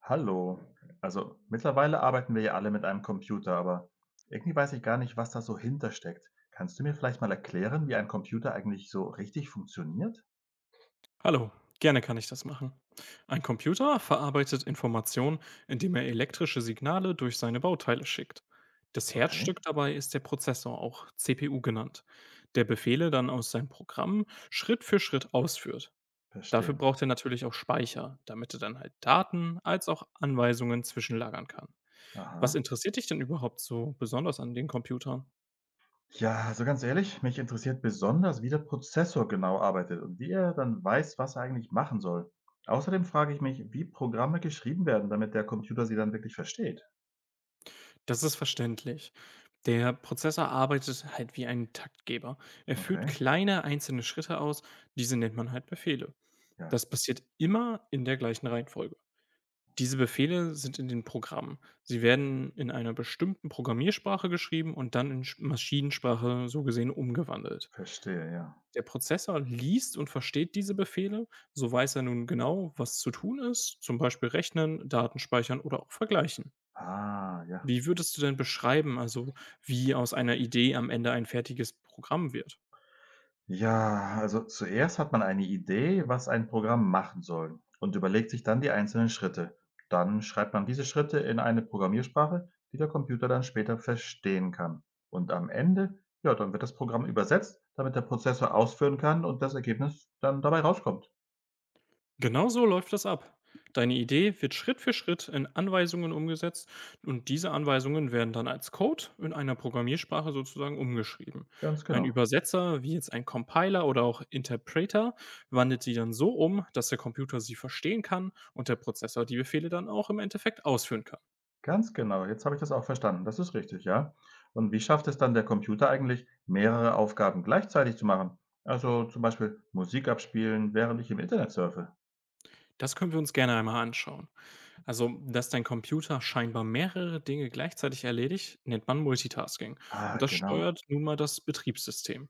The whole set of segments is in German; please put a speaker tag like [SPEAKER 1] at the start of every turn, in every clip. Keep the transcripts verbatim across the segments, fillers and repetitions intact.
[SPEAKER 1] Hallo. Also mittlerweile arbeiten wir ja alle mit einem Computer, aber irgendwie weiß ich gar nicht, was da so hintersteckt. Kannst du mir vielleicht mal erklären, wie ein Computer eigentlich so richtig funktioniert?
[SPEAKER 2] Hallo, gerne kann ich das machen. Ein Computer verarbeitet Informationen, indem er elektrische Signale durch seine Bauteile schickt. Das
[SPEAKER 1] Okay,
[SPEAKER 2] Herzstück dabei ist der Prozessor, auch C P U genannt, der Befehle dann aus seinem Programm Schritt für Schritt ausführt. Dafür
[SPEAKER 1] verstehe.
[SPEAKER 2] braucht er natürlich auch Speicher, damit er dann halt Daten als auch Anweisungen zwischenlagern kann. Was
[SPEAKER 1] Aha.
[SPEAKER 2] interessiert dich denn überhaupt so besonders an den Computern?
[SPEAKER 1] Ja, also ganz ehrlich, mich interessiert besonders, wie der Prozessor genau arbeitet und wie er dann weiß, was er eigentlich machen soll. Außerdem frage ich mich, wie Programme geschrieben werden, damit der Computer sie dann wirklich versteht.
[SPEAKER 2] Das ist verständlich. Der Prozessor arbeitet halt wie ein Taktgeber. Er führt
[SPEAKER 1] Okay,
[SPEAKER 2] kleine einzelne Schritte aus, diese nennt man halt Befehle.
[SPEAKER 1] ja,
[SPEAKER 2] Das passiert immer in der gleichen Reihenfolge. Diese Befehle sind in den Programmen. Sie werden in einer bestimmten Programmiersprache geschrieben und dann in Sch- Maschinensprache so gesehen umgewandelt.
[SPEAKER 1] verstehe, ja.
[SPEAKER 2] Der Prozessor liest und versteht diese Befehle, so weiß er nun genau, was zu tun ist, zum Beispiel rechnen, Daten speichern oder auch vergleichen.
[SPEAKER 1] Ah, ja.
[SPEAKER 2] Wie würdest du denn beschreiben, also, wie aus einer Idee am Ende ein fertiges Programm wird?
[SPEAKER 1] Ja, also zuerst hat man eine Idee, was ein Programm machen soll und überlegt sich dann die einzelnen Schritte. Dann schreibt man diese Schritte in eine Programmiersprache, die der Computer dann später verstehen kann. Und am Ende, ja, dann wird das Programm übersetzt, damit der Prozessor ausführen kann und das Ergebnis dann dabei rauskommt.
[SPEAKER 2] Genau so läuft das ab. Deine Idee wird Schritt für Schritt in Anweisungen umgesetzt und diese Anweisungen werden dann als Code in einer Programmiersprache sozusagen umgeschrieben.
[SPEAKER 1] Ganz
[SPEAKER 2] Ein
[SPEAKER 1] genau.
[SPEAKER 2] Übersetzer, wie jetzt ein Compiler oder auch Interpreter, wandelt sie dann so um, dass der Computer sie verstehen kann und der Prozessor die Befehle dann auch im Endeffekt ausführen kann.
[SPEAKER 1] Ganz genau. Jetzt habe ich das auch verstanden. Das ist richtig, ja. Und wie schafft es dann der Computer eigentlich, mehrere Aufgaben gleichzeitig zu machen? Also zum Beispiel Musik abspielen, während ich im Internet surfe.
[SPEAKER 2] Das können wir uns gerne einmal anschauen. Also, dass dein Computer scheinbar mehrere Dinge gleichzeitig erledigt, nennt man Multitasking.
[SPEAKER 1] Ah,
[SPEAKER 2] Und das
[SPEAKER 1] genau,
[SPEAKER 2] steuert nun mal das Betriebssystem.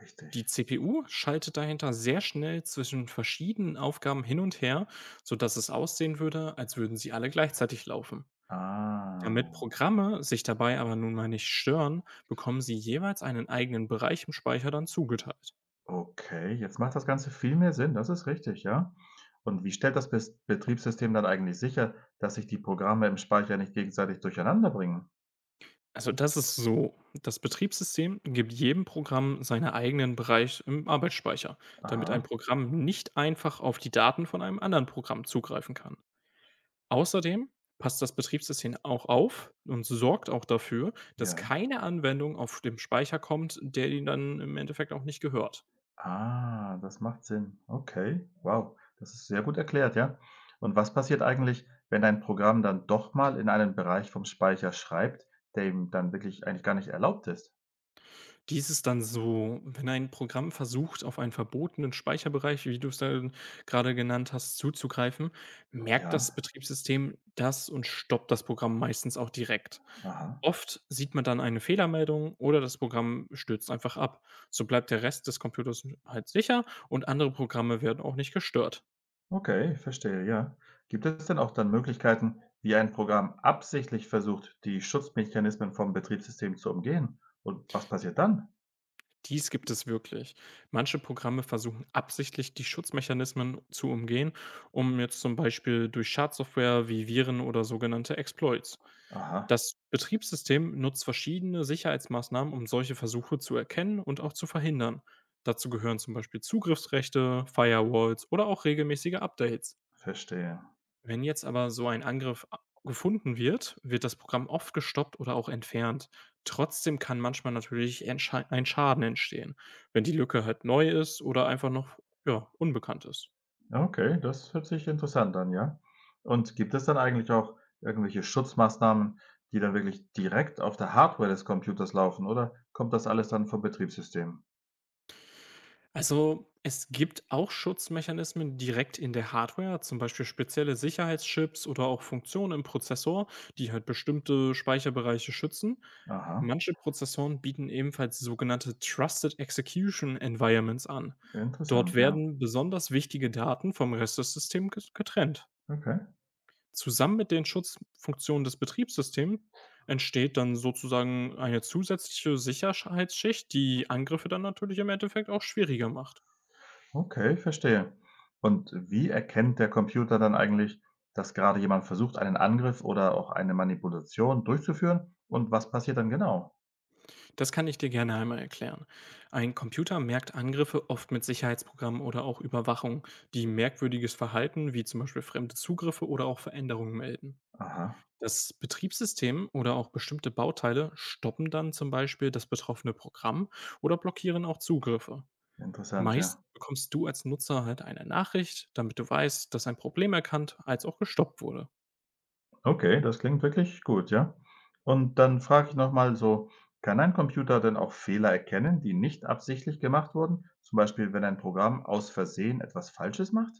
[SPEAKER 1] richtig.
[SPEAKER 2] Die C P U schaltet dahinter sehr schnell zwischen verschiedenen Aufgaben hin und her, sodass es aussehen würde, als würden sie alle gleichzeitig laufen. Damit
[SPEAKER 1] Ah,
[SPEAKER 2] Programme sich dabei aber nun mal nicht stören, bekommen sie jeweils einen eigenen Bereich im Speicher dann zugeteilt.
[SPEAKER 1] okay, jetzt macht das Ganze viel mehr Sinn, das ist richtig, ja. Und wie stellt das Bes Betriebssystem dann eigentlich sicher, dass sich die Programme im Speicher nicht gegenseitig durcheinanderbringen?
[SPEAKER 2] Also das ist so. Das Betriebssystem gibt jedem Programm seinen eigenen Bereich im Arbeitsspeicher, damit ein
[SPEAKER 1] Aha,
[SPEAKER 2] Programm nicht einfach auf die Daten von einem anderen Programm zugreifen kann. Außerdem passt das Betriebssystem auch auf und sorgt auch dafür, dass
[SPEAKER 1] ja.
[SPEAKER 2] keine Anwendung auf dem Speicher kommt, der ihnen dann im Endeffekt auch nicht gehört.
[SPEAKER 1] Ah, das macht Sinn. Okay, wow, das ist sehr gut erklärt, ja. Und was passiert eigentlich, wenn ein Programm dann doch mal in einen Bereich vom Speicher schreibt, der ihm dann wirklich eigentlich gar nicht erlaubt ist?
[SPEAKER 2] Dies ist dann so, wenn ein Programm versucht, auf einen verbotenen Speicherbereich, wie du es dann gerade genannt hast, zuzugreifen, merkt das
[SPEAKER 1] Ja,
[SPEAKER 2] Betriebssystem das und stoppt das Programm meistens auch direkt.
[SPEAKER 1] aha.
[SPEAKER 2] Oft sieht man dann eine Fehlermeldung oder das Programm stürzt einfach ab. So bleibt der Rest des Computers halt sicher und andere Programme werden auch nicht gestört.
[SPEAKER 1] Okay, verstehe, ja. Gibt es denn auch dann Möglichkeiten, wie ein Programm absichtlich versucht, die Schutzmechanismen vom Betriebssystem zu umgehen? Und was passiert dann?
[SPEAKER 2] Dies gibt es wirklich. Manche Programme versuchen absichtlich, die Schutzmechanismen zu umgehen, um jetzt zum Beispiel durch Schadsoftware wie Viren oder sogenannte Exploits.
[SPEAKER 1] Aha,
[SPEAKER 2] Das Betriebssystem nutzt verschiedene Sicherheitsmaßnahmen, um solche Versuche zu erkennen und auch zu verhindern. Dazu gehören zum Beispiel Zugriffsrechte, Firewalls oder auch regelmäßige Updates.
[SPEAKER 1] verstehe.
[SPEAKER 2] Wenn jetzt aber so ein Angriff a- gefunden wird, wird das Programm oft gestoppt oder auch entfernt. Trotzdem kann manchmal natürlich ein Scha- ein Schaden entstehen, wenn die Lücke halt neu ist oder einfach noch ja, unbekannt ist.
[SPEAKER 1] Ja, okay, das hört sich interessant an, ja. Und gibt es dann eigentlich auch irgendwelche Schutzmaßnahmen, die dann wirklich direkt auf der Hardware des Computers laufen, oder kommt das alles dann vom Betriebssystem?
[SPEAKER 2] Also, es gibt auch Schutzmechanismen direkt in der Hardware, zum Beispiel spezielle Sicherheitschips oder auch Funktionen im Prozessor, die halt bestimmte Speicherbereiche schützen.
[SPEAKER 1] Aha,
[SPEAKER 2] Manche Prozessoren bieten ebenfalls sogenannte Trusted Execution Environments an.
[SPEAKER 1] interessant,
[SPEAKER 2] Dort
[SPEAKER 1] ja.
[SPEAKER 2] werden besonders wichtige Daten vom Rest des Systems ges- getrennt.
[SPEAKER 1] Okay.
[SPEAKER 2] Zusammen mit den Schutzfunktionen des Betriebssystems entsteht dann sozusagen eine zusätzliche Sicherheitsschicht, die Angriffe dann natürlich im Endeffekt auch schwieriger macht.
[SPEAKER 1] Okay, verstehe. Und wie erkennt der Computer dann eigentlich, dass gerade jemand versucht, einen Angriff oder auch eine Manipulation durchzuführen? Und was passiert dann genau?
[SPEAKER 2] Das kann ich dir gerne einmal erklären. Ein Computer merkt Angriffe oft mit Sicherheitsprogrammen oder auch Überwachung, die merkwürdiges Verhalten wie zum Beispiel fremde Zugriffe oder auch Veränderungen melden.
[SPEAKER 1] Aha,
[SPEAKER 2] Das Betriebssystem oder auch bestimmte Bauteile stoppen dann zum Beispiel das betroffene Programm oder blockieren auch Zugriffe.
[SPEAKER 1] interessant, ja.
[SPEAKER 2] Meist bekommst du als Nutzer halt eine Nachricht, damit du weißt, dass ein Problem erkannt als auch gestoppt wurde.
[SPEAKER 1] Okay, das klingt wirklich gut, ja. Und dann frage ich nochmal so, kann ein Computer denn auch Fehler erkennen, die nicht absichtlich gemacht wurden? Zum Beispiel, wenn ein Programm aus Versehen etwas Falsches macht?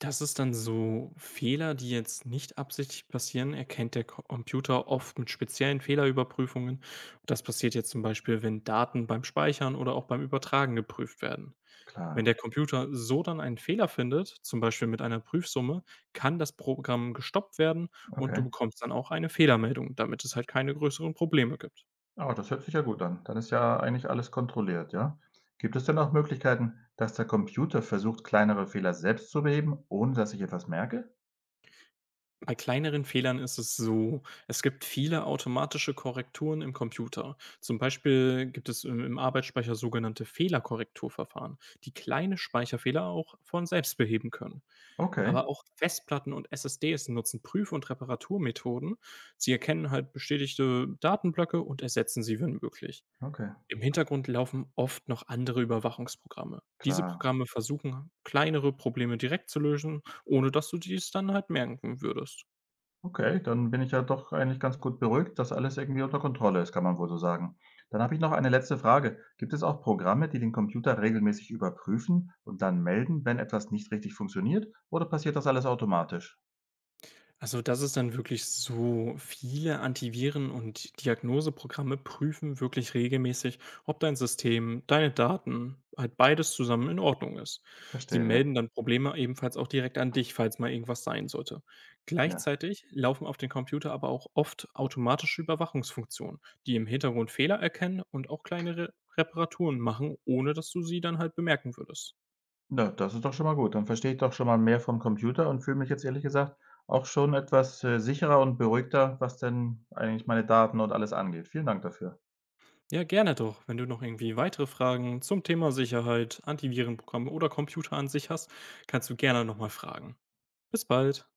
[SPEAKER 2] Dass es dann so Fehler, die jetzt nicht absichtlich passieren, erkennt der Ko- Computer oft mit speziellen Fehlerüberprüfungen. Das passiert jetzt zum Beispiel, wenn Daten beim Speichern oder auch beim Übertragen geprüft werden. Wenn
[SPEAKER 1] Klar,
[SPEAKER 2] der Computer so dann einen Fehler findet, zum Beispiel mit einer Prüfsumme, kann das Programm gestoppt werden und
[SPEAKER 1] okay.
[SPEAKER 2] du bekommst dann auch eine Fehlermeldung, damit es halt keine größeren Probleme gibt.
[SPEAKER 1] Ah, das hört sich ja gut an. Dann ist ja eigentlich alles kontrolliert, ja? Gibt es denn auch Möglichkeiten, dass der Computer versucht, kleinere Fehler selbst zu beheben, ohne dass ich etwas merke?
[SPEAKER 2] Bei kleineren Fehlern ist es so, es gibt viele automatische Korrekturen im Computer. Zum Beispiel gibt es im im Arbeitsspeicher sogenannte Fehlerkorrekturverfahren, die kleine Speicherfehler auch von selbst beheben können.
[SPEAKER 1] Okay,
[SPEAKER 2] Aber auch Festplatten und S S Ds nutzen Prüf- und Reparaturmethoden. Sie erkennen halt bestätigte Datenblöcke und ersetzen sie, wenn möglich.
[SPEAKER 1] okay,
[SPEAKER 2] Im Hintergrund laufen oft noch andere Überwachungsprogramme. Diese
[SPEAKER 1] klar.
[SPEAKER 2] Programme versuchen, kleinere Probleme direkt zu lösen, ohne dass du dies dann halt merken würdest.
[SPEAKER 1] Okay, dann bin ich ja doch eigentlich ganz gut beruhigt, dass alles irgendwie unter Kontrolle ist, kann man wohl so sagen. Dann habe ich noch eine letzte Frage. Gibt es auch Programme, die den Computer regelmäßig überprüfen und dann melden, wenn etwas nicht richtig funktioniert? Oder passiert das alles automatisch?
[SPEAKER 2] Also, dass es dann wirklich so viele Antiviren und Diagnoseprogramme prüfen wirklich regelmäßig, ob dein System, deine Daten, halt beides zusammen in Ordnung ist. Sie
[SPEAKER 1] Verstehe, ja.
[SPEAKER 2] melden dann Probleme ebenfalls auch direkt an dich, falls mal irgendwas sein sollte.
[SPEAKER 1] Ja.
[SPEAKER 2] Gleichzeitig laufen auf dem Computer aber auch oft automatische Überwachungsfunktionen, die im Hintergrund Fehler erkennen und auch kleine Re Reparaturen machen, ohne dass du sie dann halt bemerken würdest.
[SPEAKER 1] Na, das ist doch schon mal gut. Dann verstehe ich doch schon mal mehr vom Computer und fühle mich jetzt ehrlich gesagt auch schon etwas, äh, sicherer und beruhigter, was denn eigentlich meine Daten und alles angeht. Vielen Dank dafür.
[SPEAKER 2] Ja, gerne doch. Wenn du noch irgendwie weitere Fragen zum Thema Sicherheit, Antivirenprogramme oder Computer an sich hast, kannst du gerne nochmal fragen. Bis bald.